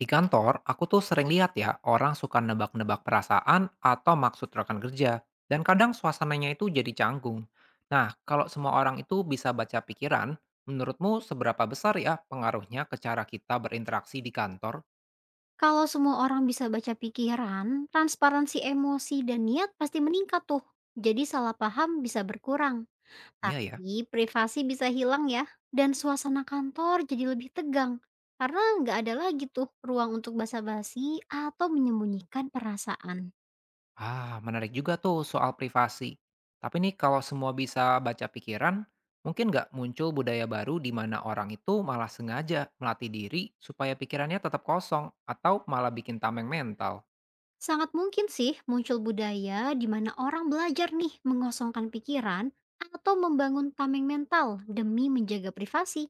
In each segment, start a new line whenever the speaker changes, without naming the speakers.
Di kantor, aku tuh sering lihat ya orang suka nebak-nebak perasaan atau maksud rekan kerja, dan kadang suasananya itu jadi canggung. Nah, kalau semua orang itu bisa baca pikiran, menurutmu seberapa besar ya pengaruhnya ke cara kita berinteraksi di kantor?
Kalau semua orang bisa baca pikiran, transparansi emosi dan niat pasti meningkat tuh. Jadi salah paham bisa berkurang,
Iya ya.
tapi privasi bisa hilang ya. Dan suasana kantor jadi lebih tegang, karena nggak ada lagi tuh ruang untuk basa-basi atau menyembunyikan perasaan.
Ah, menarik juga tuh soal privasi. Tapi nih kalau semua bisa baca pikiran, mungkin nggak muncul budaya baru di mana orang itu malah sengaja melatih diri supaya pikirannya tetap kosong atau malah bikin tameng mental.
Sangat mungkin sih muncul budaya di mana orang belajar nih mengosongkan pikiran atau membangun tameng mental demi menjaga privasi.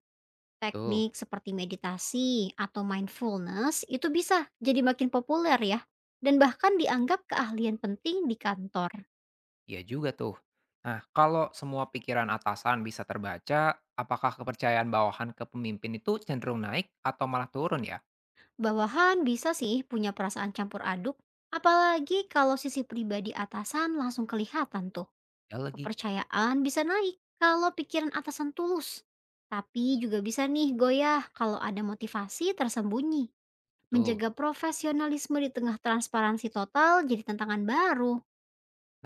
Tuh.
Teknik seperti meditasi atau mindfulness itu bisa jadi makin populer ya, dan bahkan dianggap keahlian penting di kantor.
Iya juga tuh. Nah, kalau semua pikiran atasan bisa terbaca, apakah kepercayaan bawahan ke pemimpin itu cenderung naik atau malah turun ya?
Bawahan bisa sih punya perasaan campur aduk, apalagi kalau sisi pribadi atasan langsung kelihatan tuh.
Ya lagi,
Kepercayaan bisa naik kalau pikiran atasan tulus. Tapi juga bisa nih goyah kalau ada motivasi tersembunyi.
tuh.
Menjaga profesionalisme di tengah transparansi total jadi tantangan baru.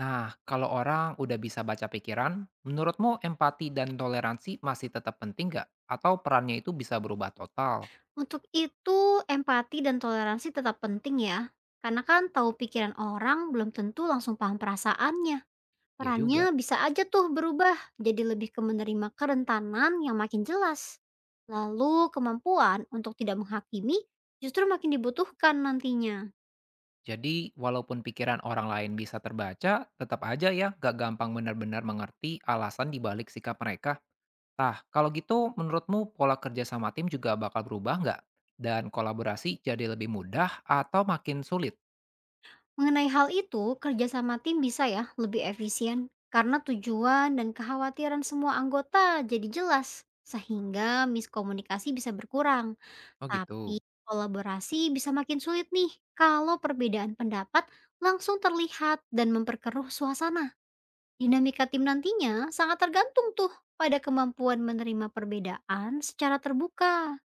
Nah, kalau orang udah bisa baca pikiran, menurutmu empati dan toleransi masih tetap penting nggak? Atau perannya itu bisa berubah total?
Untuk itu, empati dan toleransi tetap penting ya. Karena kan tahu pikiran orang belum tentu langsung paham perasaannya.
Ya juga.
Perannya bisa aja tuh berubah jadi lebih ke menerima kerentanan yang makin jelas. Lalu kemampuan untuk tidak menghakimi justru makin dibutuhkan nantinya.
Jadi, walaupun pikiran orang lain bisa terbaca, tetap aja ya gak gampang benar-benar mengerti alasan dibalik sikap mereka. Nah, kalau gitu menurutmu pola kerja sama tim juga bakal berubah nggak? Dan kolaborasi jadi lebih mudah atau makin sulit?
Mengenai hal itu, kerjasama tim bisa ya lebih efisien karena tujuan dan kekhawatiran semua anggota jadi jelas sehingga miskomunikasi bisa berkurang.
Oh
Tapi
gitu.
kolaborasi bisa makin sulit nih kalau perbedaan pendapat langsung terlihat dan memperkeruh suasana. Dinamika tim nantinya sangat tergantung tuh pada kemampuan menerima perbedaan secara terbuka.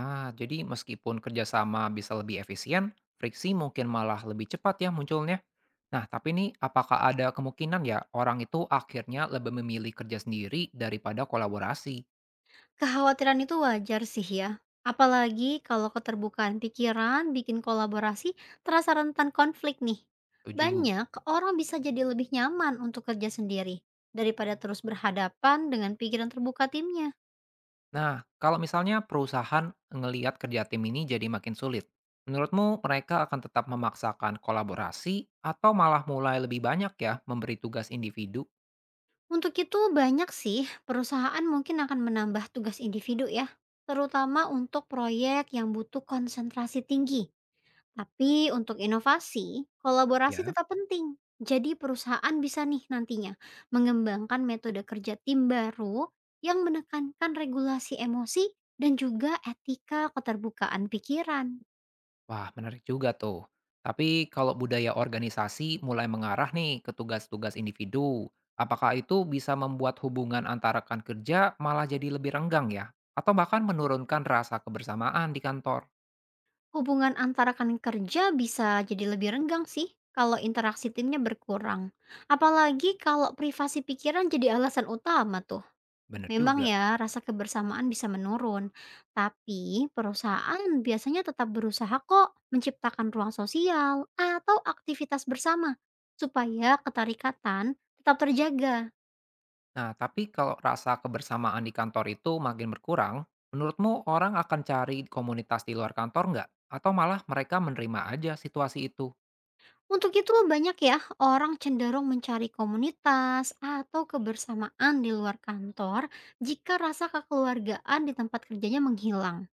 Ah, jadi meskipun kerjasama bisa lebih efisien, friksi mungkin malah lebih cepat ya munculnya. Nah, tapi nih apakah ada kemungkinan ya orang itu akhirnya lebih memilih kerja sendiri daripada kolaborasi?
Kekhawatiran itu wajar sih ya. Apalagi kalau keterbukaan pikiran bikin kolaborasi terasa rentan konflik nih.
Tujuh.
Banyak orang bisa jadi lebih nyaman untuk kerja sendiri daripada terus berhadapan dengan pikiran terbuka timnya.
Nah, kalau misalnya perusahaan ngeliat kerja tim ini jadi makin sulit, menurutmu mereka akan tetap memaksakan kolaborasi atau malah mulai lebih banyak ya memberi tugas individu?
Untuk itu banyak sih perusahaan mungkin akan menambah tugas individu ya, terutama untuk proyek yang butuh konsentrasi tinggi. Tapi untuk inovasi, kolaborasi
Ya.
tetap penting. Jadi perusahaan bisa nih nantinya mengembangkan metode kerja tim baru yang menekankan regulasi emosi dan juga etika keterbukaan pikiran.
Wah, menarik juga tuh. Tapi kalau budaya organisasi mulai mengarah nih ke tugas-tugas individu, apakah itu bisa membuat hubungan antara rekan kerja malah jadi lebih renggang ya? Atau bahkan menurunkan rasa kebersamaan di kantor?
Hubungan antara rekan kerja bisa jadi lebih renggang sih kalau interaksi timnya berkurang. Apalagi kalau privasi pikiran jadi alasan utama tuh.
Bener
Memang
juga.
ya, rasa kebersamaan bisa menurun. Tapi perusahaan biasanya tetap berusaha kok menciptakan ruang sosial atau aktivitas bersama supaya ketarikatan tetap terjaga.
Nah, tapi kalau rasa kebersamaan di kantor itu makin berkurang, menurutmu orang akan cari komunitas di luar kantor nggak? Atau malah mereka menerima aja situasi itu?
Untuk itu banyak ya orang cenderung mencari komunitas atau kebersamaan di luar kantor jika rasa kekeluargaan di tempat kerjanya menghilang.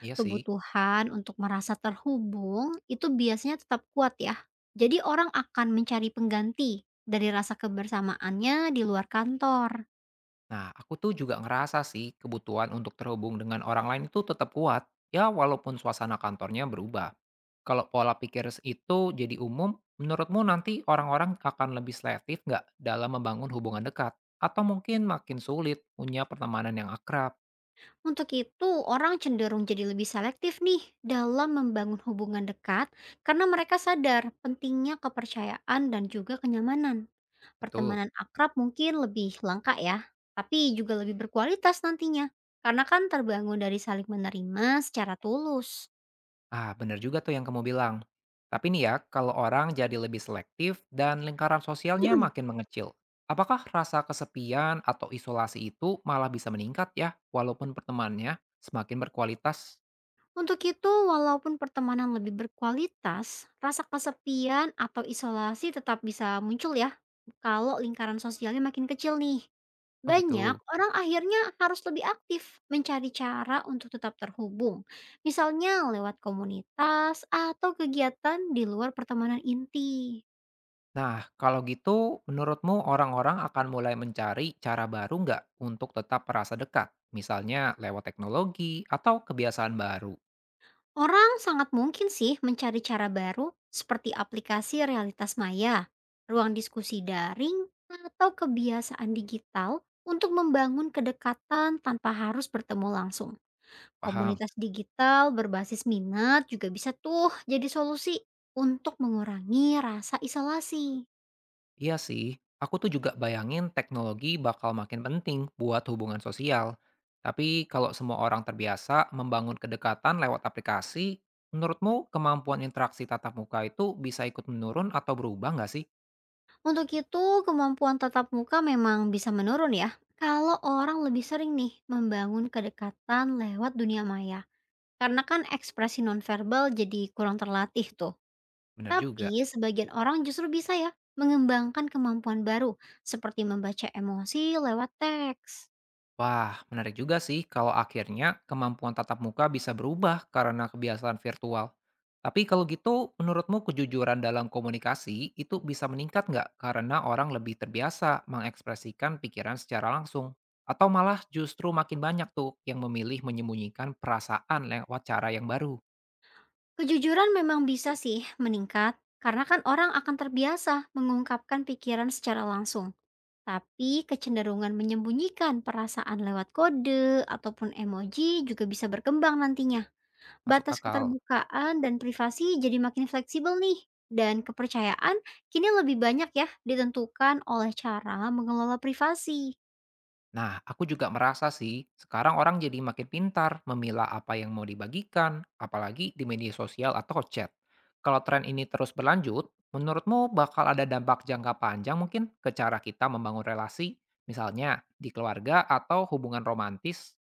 Iya sih.
Kebutuhan untuk merasa terhubung itu biasanya tetap kuat ya. Jadi orang akan mencari pengganti dari rasa kebersamaannya di luar kantor.
Nah, aku tuh juga ngerasa sih kebutuhan untuk terhubung dengan orang lain itu tetap kuat, ya walaupun suasana kantornya berubah. Kalau pola pikir itu jadi umum, menurutmu nanti orang-orang akan lebih selektif nggak dalam membangun hubungan dekat? Atau mungkin makin sulit punya pertemanan yang akrab?
Untuk itu orang cenderung jadi lebih selektif nih dalam membangun hubungan dekat karena mereka sadar pentingnya kepercayaan dan juga kenyamanan.
Betul.
Pertemanan akrab mungkin lebih langka ya, tapi juga lebih berkualitas nantinya. Karena kan terbangun dari saling menerima secara tulus.
Ah, bener juga tuh yang kamu bilang. Tapi nih ya, kalau orang jadi lebih selektif dan lingkaran sosialnya makin mengecil, apakah rasa kesepian atau isolasi itu malah bisa meningkat ya, walaupun pertemanannya semakin berkualitas?
Untuk itu, walaupun pertemanan lebih berkualitas, rasa kesepian atau isolasi tetap bisa muncul ya. Kalau lingkaran sosialnya makin kecil nih.
Oh gitu.
Banyak orang akhirnya harus lebih aktif mencari cara untuk tetap terhubung. Misalnya lewat komunitas atau kegiatan di luar pertemanan inti.
Nah, kalau gitu, menurutmu orang-orang akan mulai mencari cara baru nggak untuk tetap merasa dekat? Misalnya lewat teknologi atau kebiasaan baru?
Orang sangat mungkin sih mencari cara baru seperti aplikasi realitas maya, ruang diskusi daring, atau kebiasaan digital untuk membangun kedekatan tanpa harus bertemu langsung.
Paham?
Komunitas digital berbasis minat juga bisa tuh jadi solusi untuk mengurangi rasa isolasi.
Iya sih, aku tuh juga bayangin teknologi bakal makin penting buat hubungan sosial. Tapi kalau semua orang terbiasa membangun kedekatan lewat aplikasi, menurutmu kemampuan interaksi tatap muka itu bisa ikut menurun atau berubah nggak sih?
Untuk itu, kemampuan tatap muka memang bisa menurun ya. Kalau orang lebih sering nih membangun kedekatan lewat dunia maya. Karena kan ekspresi nonverbal jadi kurang terlatih tuh.
Bener
Tapi
juga.
sebagian orang justru bisa ya mengembangkan kemampuan baru seperti membaca emosi lewat teks.
Wah, menarik juga sih kalau akhirnya kemampuan tatap muka bisa berubah karena kebiasaan virtual. Tapi kalau gitu, menurutmu kejujuran dalam komunikasi itu bisa meningkat nggak karena orang lebih terbiasa mengekspresikan pikiran secara langsung? Atau malah justru makin banyak tuh yang memilih menyembunyikan perasaan lewat cara yang baru,
Kejujuran memang bisa sih meningkat karena kan orang akan terbiasa mengungkapkan pikiran secara langsung. Tapi kecenderungan menyembunyikan perasaan lewat kode ataupun emoji juga bisa berkembang nantinya.
masuk
Batas
akal?
keterbukaan dan privasi jadi makin fleksibel nih, dan kepercayaan kini lebih banyak ya ditentukan oleh cara mengelola privasi.
Nah, aku juga merasa sih, sekarang orang jadi makin pintar memilah apa yang mau dibagikan, apalagi di media sosial atau chat. Kalau tren ini terus berlanjut, menurutmu bakal ada dampak jangka panjang mungkin ke cara kita membangun relasi, misalnya di keluarga atau hubungan romantis?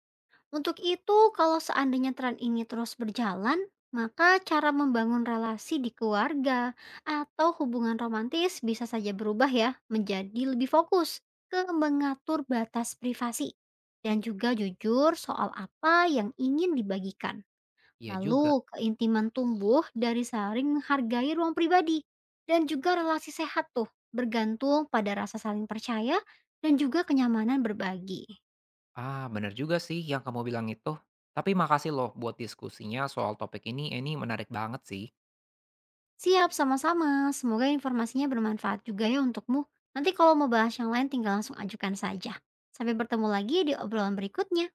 Untuk itu, kalau seandainya tren ini terus berjalan, maka cara membangun relasi di keluarga atau hubungan romantis bisa saja berubah ya menjadi lebih fokus ke mengatur batas privasi dan juga jujur soal apa yang ingin dibagikan.
Iya juga.
Lalu, keintiman tumbuh dari saling menghargai ruang pribadi dan juga relasi sehat tuh, bergantung pada rasa saling percaya dan juga kenyamanan berbagi.
Ah, bener juga sih yang kamu bilang itu. Tapi makasih loh buat diskusinya soal topik ini menarik banget sih.
Siap sama-sama, semoga informasinya bermanfaat juga ya untukmu. Nanti kalau mau bahas yang lain tinggal langsung ajukan saja. Sampai bertemu lagi di obrolan berikutnya.